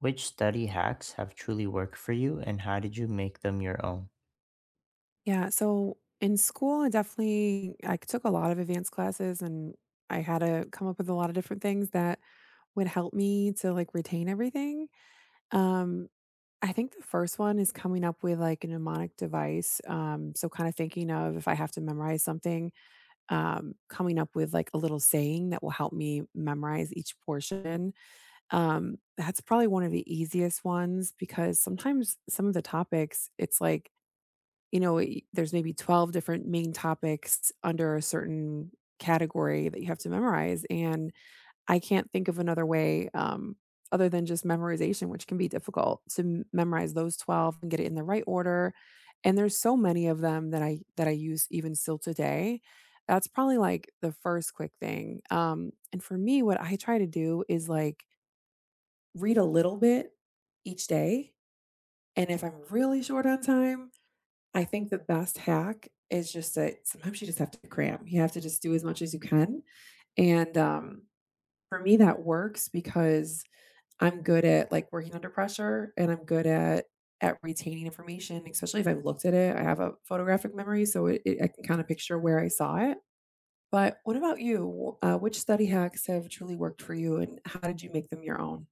Which study hacks have truly worked for you and how did you make them your own? Yeah, so in school, I definitely I took a lot of advanced classes and I had to come up with a lot of different things that would help me to like retain everything. Um, I think the first one is coming up with like a mnemonic device. So kind of thinking of if I have to memorize something, coming up with like a little saying that will help me memorize each portion. That's probably one of the easiest ones because sometimes some of the topics, it's like you know, y there's maybe 12 different main topics under a certain category that you have to memorize, and I can't think of another way, other than just memorization, which can be difficult to m memorize those 12 and get it in the right order, and there's so many of them that I use even still today. That's probably, like, the first quick thing, and for me, what I try to do is, like, read a little bit each day, and if I'm really short on time I think the best hack is just that sometimes you just have to cram. You have to just do as much as you can, and for me, that works because I'm good at, like, working under pressure, and I'm good at retaining information, especially if I've looked at it. I have a photographic memory, so it I can kinda picture where I saw it. But what about you? Which study hacks have truly worked for you, and how did you make them your own?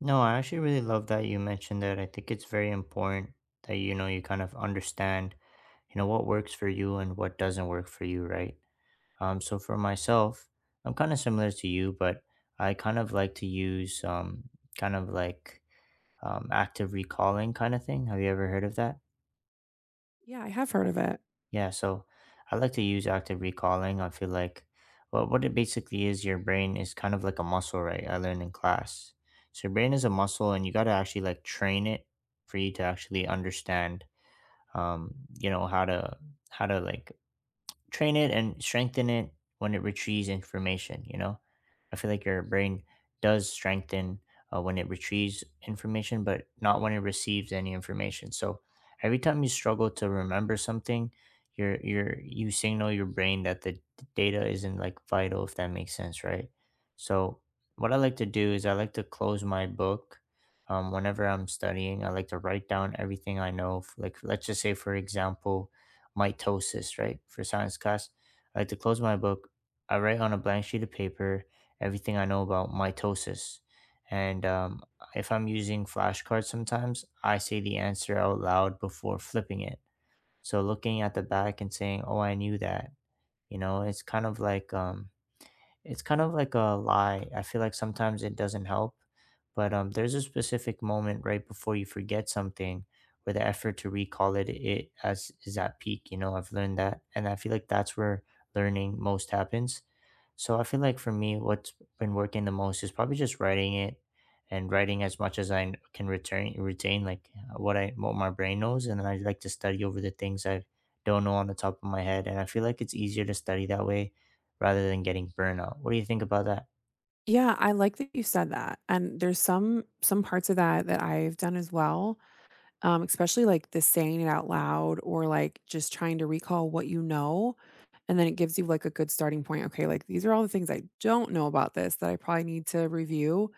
No, I actually really love that you mentioned that. I think it's very important that you kind of understand, what works for you and what doesn't work for you, right? So for myself, I'm kind of similar to you, but I kind of like to use kind of like active recalling kind of thing. Have you ever heard of that? Yeah, I have heard of it. Yeah, so I like to use active recalling. I feel like, well, what it basically is, your brain is kind of like a muscle, right? I learned in class. So your brain is a muscle, and you got to actually like train it for you to actually understand, um, how to like train it and strengthen it when it retrieves information, you know? I feel like your brain does strengthen when it retrieves information, but not when it receives any information. So every time you struggle to remember something, you signal your brain that the data isn't like vital, if that makes sense, right? So what I like to do is I like to close my book whenever I'm studying. I like to write down everything I know. Like, let's just say, for example, mitosis, right? For science class. I like to close my book. I write on a blank sheet of paper everything I know about mitosis. And if I'm using flashcards sometimes, I say the answer out loud before flipping it. So looking at the back and saying, oh, I knew that, you know, it's kind of like um, it's kind of like a lie. I feel like sometimes it doesn't help, but there's a specific moment right before you forget something where the effort to recall it as is at peak. I've learned that, and I feel like that's where learning most happens. So I feel like for me, what's been working the most is probably just writing it and writing as much as I can return retain like what I what my brain knows, and then I like to study over the things I don't know on the top of my head, and I feel like it's easier to study that way rather than getting burnout. What do you think about that? Yeah, I like that you said that. And there's some parts of that that I've done as well. Especially like the saying it out loud or like just trying to recall what you know. And then it gives you like a good starting point. Okay, like these are all the things I don't know about this that I probably need to review.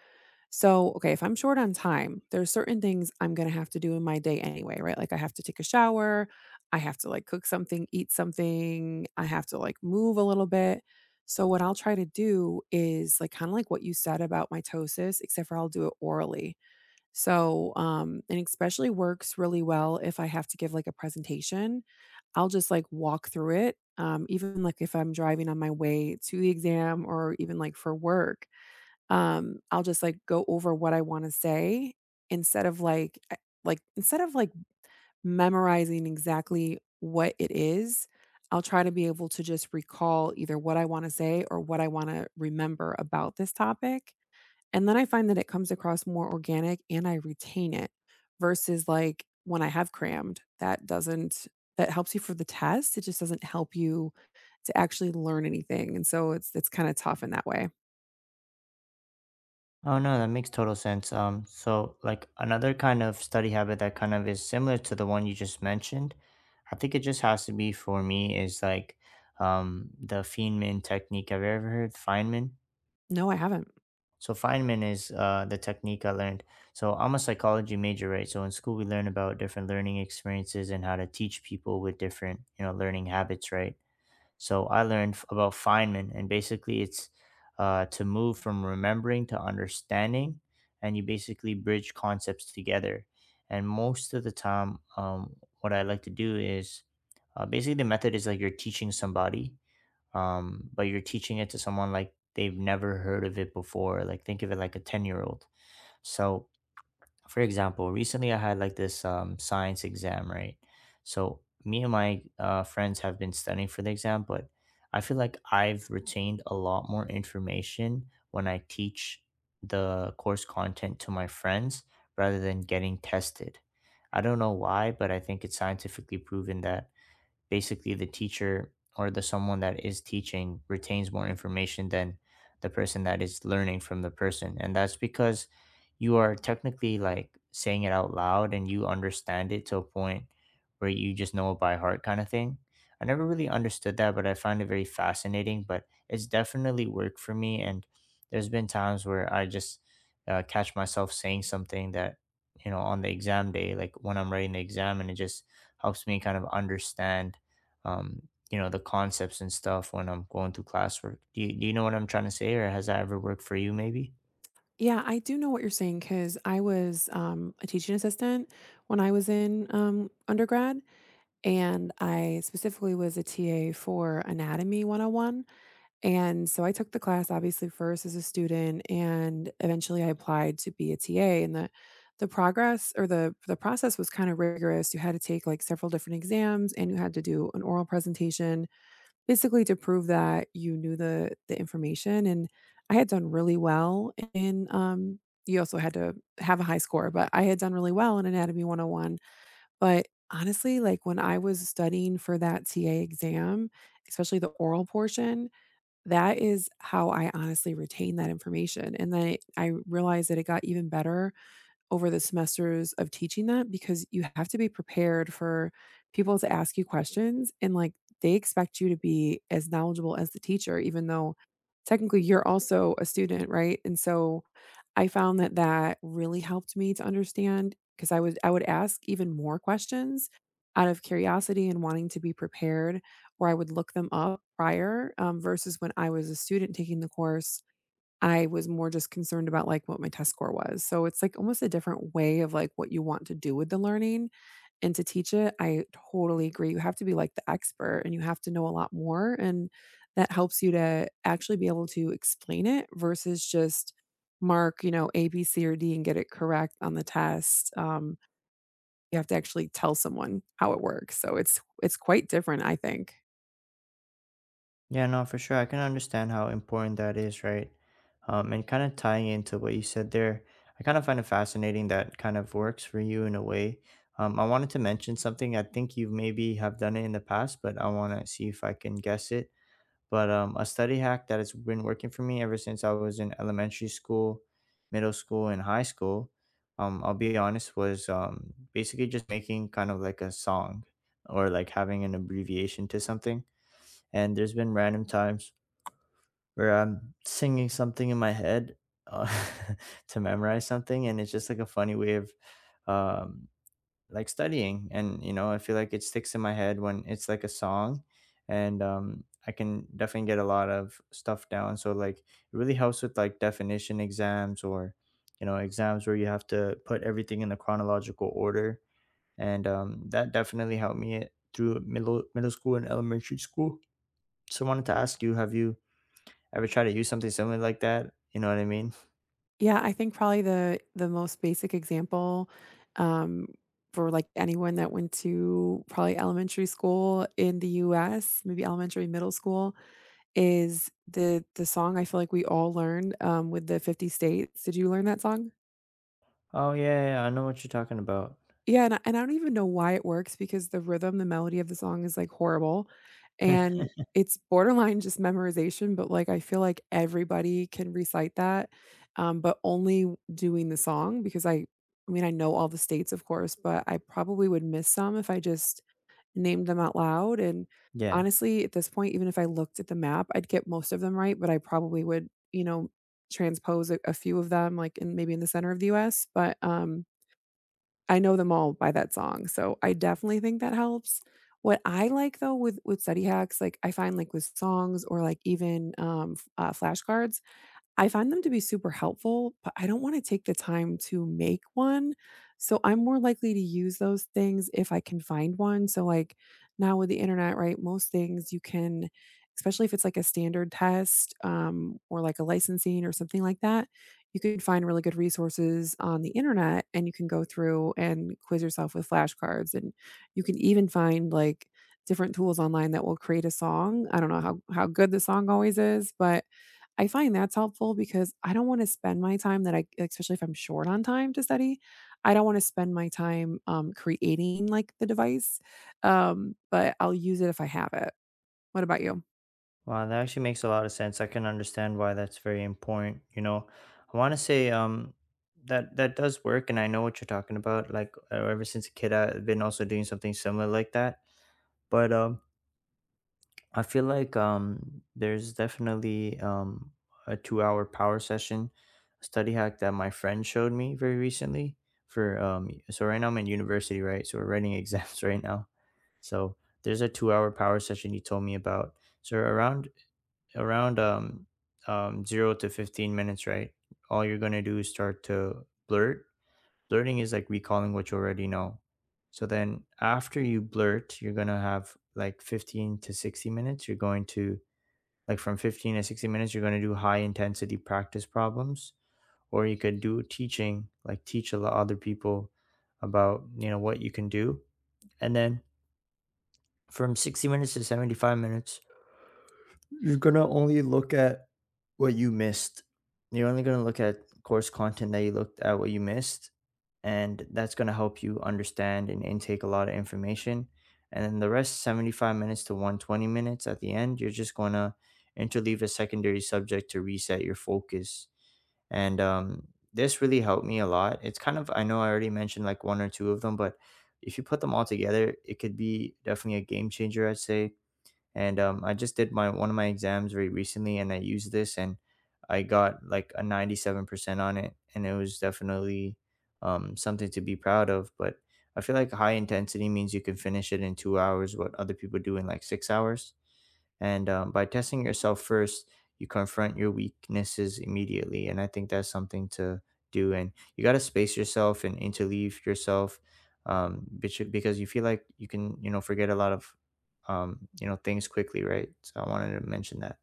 So, okay, if I'm short on time, there's certain things I'm going to have to do in my day anyway, right? Like I have to take a shower, I have to like cook something, eat something, I have to like move a little bit. So, what I'll try to do is like kind of like what you said about mitosis, except for I'll do it orally. And especially works really well if I have to give like a presentation. I'll just like walk through it, even like if I'm driving on my way to the exam or even like for work. I'll just like go over what I want to say instead of like I- instead of like memorizing exactly what it is, I'll try to be able to just recall either what I want to say or what I want to remember about this topic, and then I find that it comes across more organic and I retain it versus like when I have crammed, that doesn't that helps you for the test. It just doesn't help you to actually learn anything. And so it's kind of tough in that way. Oh no, that makes total sense. So like another kind of study habit that kind of is similar to the one you just mentioned, I think it just has to be for me is like the Feynman technique. Have you ever heard Feynman? No, I haven't. So Feynman is the technique I learned. So I'm a psychology major, right? So in school we learn about different learning experiences and how to teach people with different, learning habits, right? So I learned about Feynman, and basically it's to move from remembering to understanding, and you basically bridge concepts together. And most of the time, what I like to do is basically the method is like you're teaching somebody, but you're teaching it to someone like they've never heard of it before. Like think of it like a 10-year-old. So for example, recently I had like this science exam, right? So me and my friends have been studying for the exam, but I feel like I've retained a lot more information when I teach the course content to my friends rather than getting tested. I don't know why, but I think it's scientifically proven that basically the teacher or the someone that is teaching retains more information than the person that is learning from the person, and that's because you are technically like saying it out loud and you understand it to a point where you just know it by heart kind of thing. I never really understood that, but I find it very fascinating, but it's definitely worked for me, and there's been times where I just catch myself saying something that on the exam day, like when I'm writing the exam, and it just helps me kind of understand um, the concepts and stuff when I'm going through classwork. Do you know what I'm trying to say, or has that ever worked for you, maybe? Yeah, I do know what you're saying because I was a teaching assistant when I was in undergrad, and I specifically was a TA for Anatomy 101. And so I took the class obviously first as a student and eventually I applied to be a TA, and the progress or the process was kind of rigorous. You had to take like several different exams and you had to do an oral presentation basically to prove that you knew the information, and I had done really well in you also had to have a high score, but I had done really well in anatomy 101. But honestly, like when I was studying for that TA exam, especially the oral portion, that is how I honestly retain that information, and then I realized that it got even better over the semesters of teaching that because you have to be prepared for people to ask you questions and, like, they expect you to be as knowledgeable as the teacher even though technically you're also a student, right? And so I found that that really helped me to understand because I would ask even more questions out of curiosity and wanting to be prepared, or I would look them up prior, versus when I was a student taking the course, I was more just concerned about, like, what my test score was. So it's, like, almost a different way of, like, what you want to do with the learning. And to teach it, I totally agree. You have to be like the expert and you have to know a lot more. And that helps you to actually be able to explain it versus just mark, you know, A, B, C, or D and get it correct on the test. You have to actually tell someone how it works. So it's quite different, I think. Yeah, no, for sure. I can understand how important that is, right? And kind of tying into what you said there, I kind of find it fascinating that kind of works for you in a way. I wanted to mention something. I think you maybe have done it in the past, but I want to see if I can guess it. But a study hack that has been working for me ever since I was in elementary school, middle school, and high school, I'll be honest, was basically just making kind of like a song or like having an abbreviation to something. And there's been random times where I'm singing something in my head uh, to memorize something, and it's just like a funny way of um, like studying, and I feel like it sticks in my head when it's like a song. And I can definitely get a lot of stuff down, so like it really helps with like definition exams or exams where you have to put everything in the chronological order. And that definitely helped me through middle school and elementary school. So I wanted to ask you, have you ever tried to use something similar like that, you know what I mean? Yeah, I think probably the most basic example um, for like anyone that went to probably elementary school in the US, maybe elementary, middle school, is the song I feel like we all learned, with the 50 states. Did you learn that song? Oh yeah, yeah, I know what you're talking about. Yeah, and I don't even know why it works because the rhythm, the melody of the song is, like, horrible, and it's borderline just memorization, but, like, I feel like everybody can recite that, but only doing the song because I mean, I know all the states, of course, but I probably would miss some if I just named them out loud, and Yeah. honestly, at this point, even if I looked at the map, I'd get most of them right, but I probably would, you know, transpose a few of them, like, in maybe in the center of the US, but I know them all by that song, so I definitely think that helps. What I like, though, with study hacks, like, I find, like, with songs or, like, even, f flashcards I find them to be super helpful, but I don't wanna take the time to make one, so I'm more likely to use those things if I can find one, so, like, now with the internet, right, most things you can especially if it's, like, a standard test, or, like, a licensing or something like that, you can find really good resources on the internet, and you can go through and quiz yourself with flashcards, and you can even find, like, different tools online that will create a song. I don't know how good the song always is, but I find that's helpful because I don't wanna spend my time that I especially if I'm short on time to study, I don't wanna spend my time, creating, like, the device, but I'll use it if I have it. What about you? Wow, that actually makes a lot of sense. I can understand why that's very important. I want to say that that does work, and I know what you're talking about. Like ever since a kid, I've been also doing something similar like that. But I feel like there's definitely a two-hour power session study hack that my friend showed me very recently. For so right now I'm in university, right? So we're writing exams right now. So there's a two-hour power session you told me about. So around 0 to 15 minutes, right? All you're going to do is start to blurt. Blurting is like recalling what you already know. So then after you blurt, you're going to have like 15 to 60 minutes. Like, from 15 to 60 minutes, you're going to do high intensity practice problems. Or you could do teaching, like teach a lot other people about, what you can do. And then from 60 minutes to 75 minutes, you're gonna only look at what you missed. You're only gonna look at course content that you looked at, what you missed, and that's gonna help you understand and intake a lot of information. And then the rest, 75 minutes to 120 minutes at the end, you're just gonna interleave a secondary subject to reset your focus. And this really helped me a lot. It's kind of I know I already mentioned like one or two of them, but if you put them all together, it could be definitely a game changer, I'd say. And I just did my one of my exams very recently, and I used this, and I got like a 97% on it, and it was definitely something to be proud of. But I feel like high intensity means you can finish it in 2 hours what other people do in like 6 hours. And by testing yourself first, you confront your weaknesses immediately. And I think that's something to do. And you got to space yourself and interleave yourself, because you feel like you can, forget a lot of, things quickly, right? So I wanted to mention that.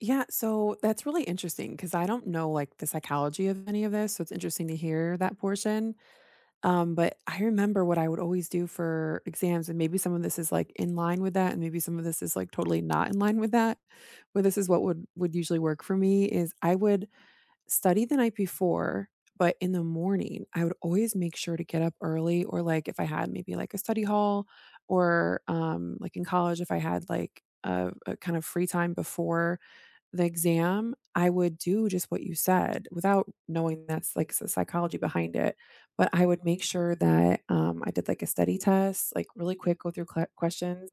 Yeah, so that's really interesting because I don't know, like, the psychology of any of this, so it's interesting to hear that portion, but I remember what I would always do for exams, and maybe some of this is, like, in line with that, and maybe some of this is, like, totally not in line with that, but this is what would usually work for me is I would study the night before, but in the morning, I would always make sure to get up early or, like, if I had maybe, like, a study hall or, like, in college, if I had, like, a kind of free time before the exam, I would do just what you said without knowing that's, like, the psychology behind it, but I would make sure that, I did, like, a study test, like, really quick, go through cla questions,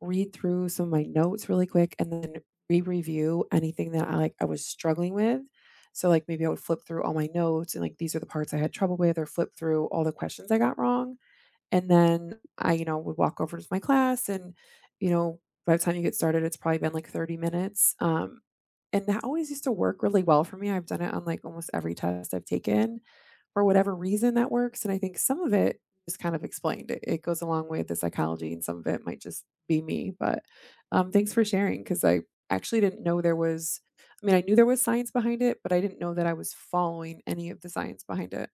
read through some of my notes really quick and then re-review anything that I, like, I was struggling with. So, like, maybe I would flip through all my notes and, like, these are the parts I had trouble with or flip through all the questions I got wrong, and then I, you know, would walk over to my class and, you know, by the time you get started, it's probably been, like, 30 minutes, and that always used to work really well for me. I've done it on, like, almost every test I've taken for whatever reason that works. And I think some of it is kind of explained. It goes along with the psychology, and some of it might just be me. But thanks for sharing because I actually didn't know there was. I mean, I knew there was science behind it, but I didn't know that I was following any of the science behind it.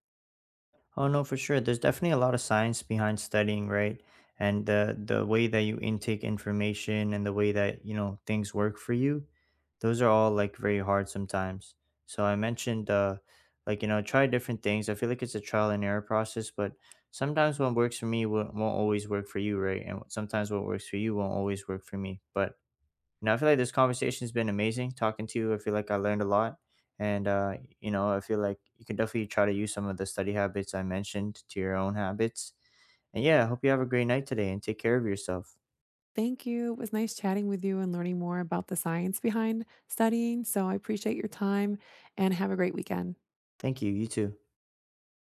Oh no, for sure. There's definitely a lot of science behind studying, right? And the way that you intake information and the way that you know things work for you, those are all like very hard sometimes. So I mentioned, like try different things. I feel like it's a trial and error process, but sometimes what works for me won't always work for you, right? And sometimes what works for you won't always work for me. But and I feel like this conversation has been amazing talking to you. I feel like I learned a lot. And, I feel like you can definitely try to use some of the study habits I mentioned to your own habits. And yeah, I hope you have a great night today and take care of yourself. Thank you. It was nice chatting with you and learning more about the science behind studying. So I appreciate your time and have a great weekend. Thank you. You too.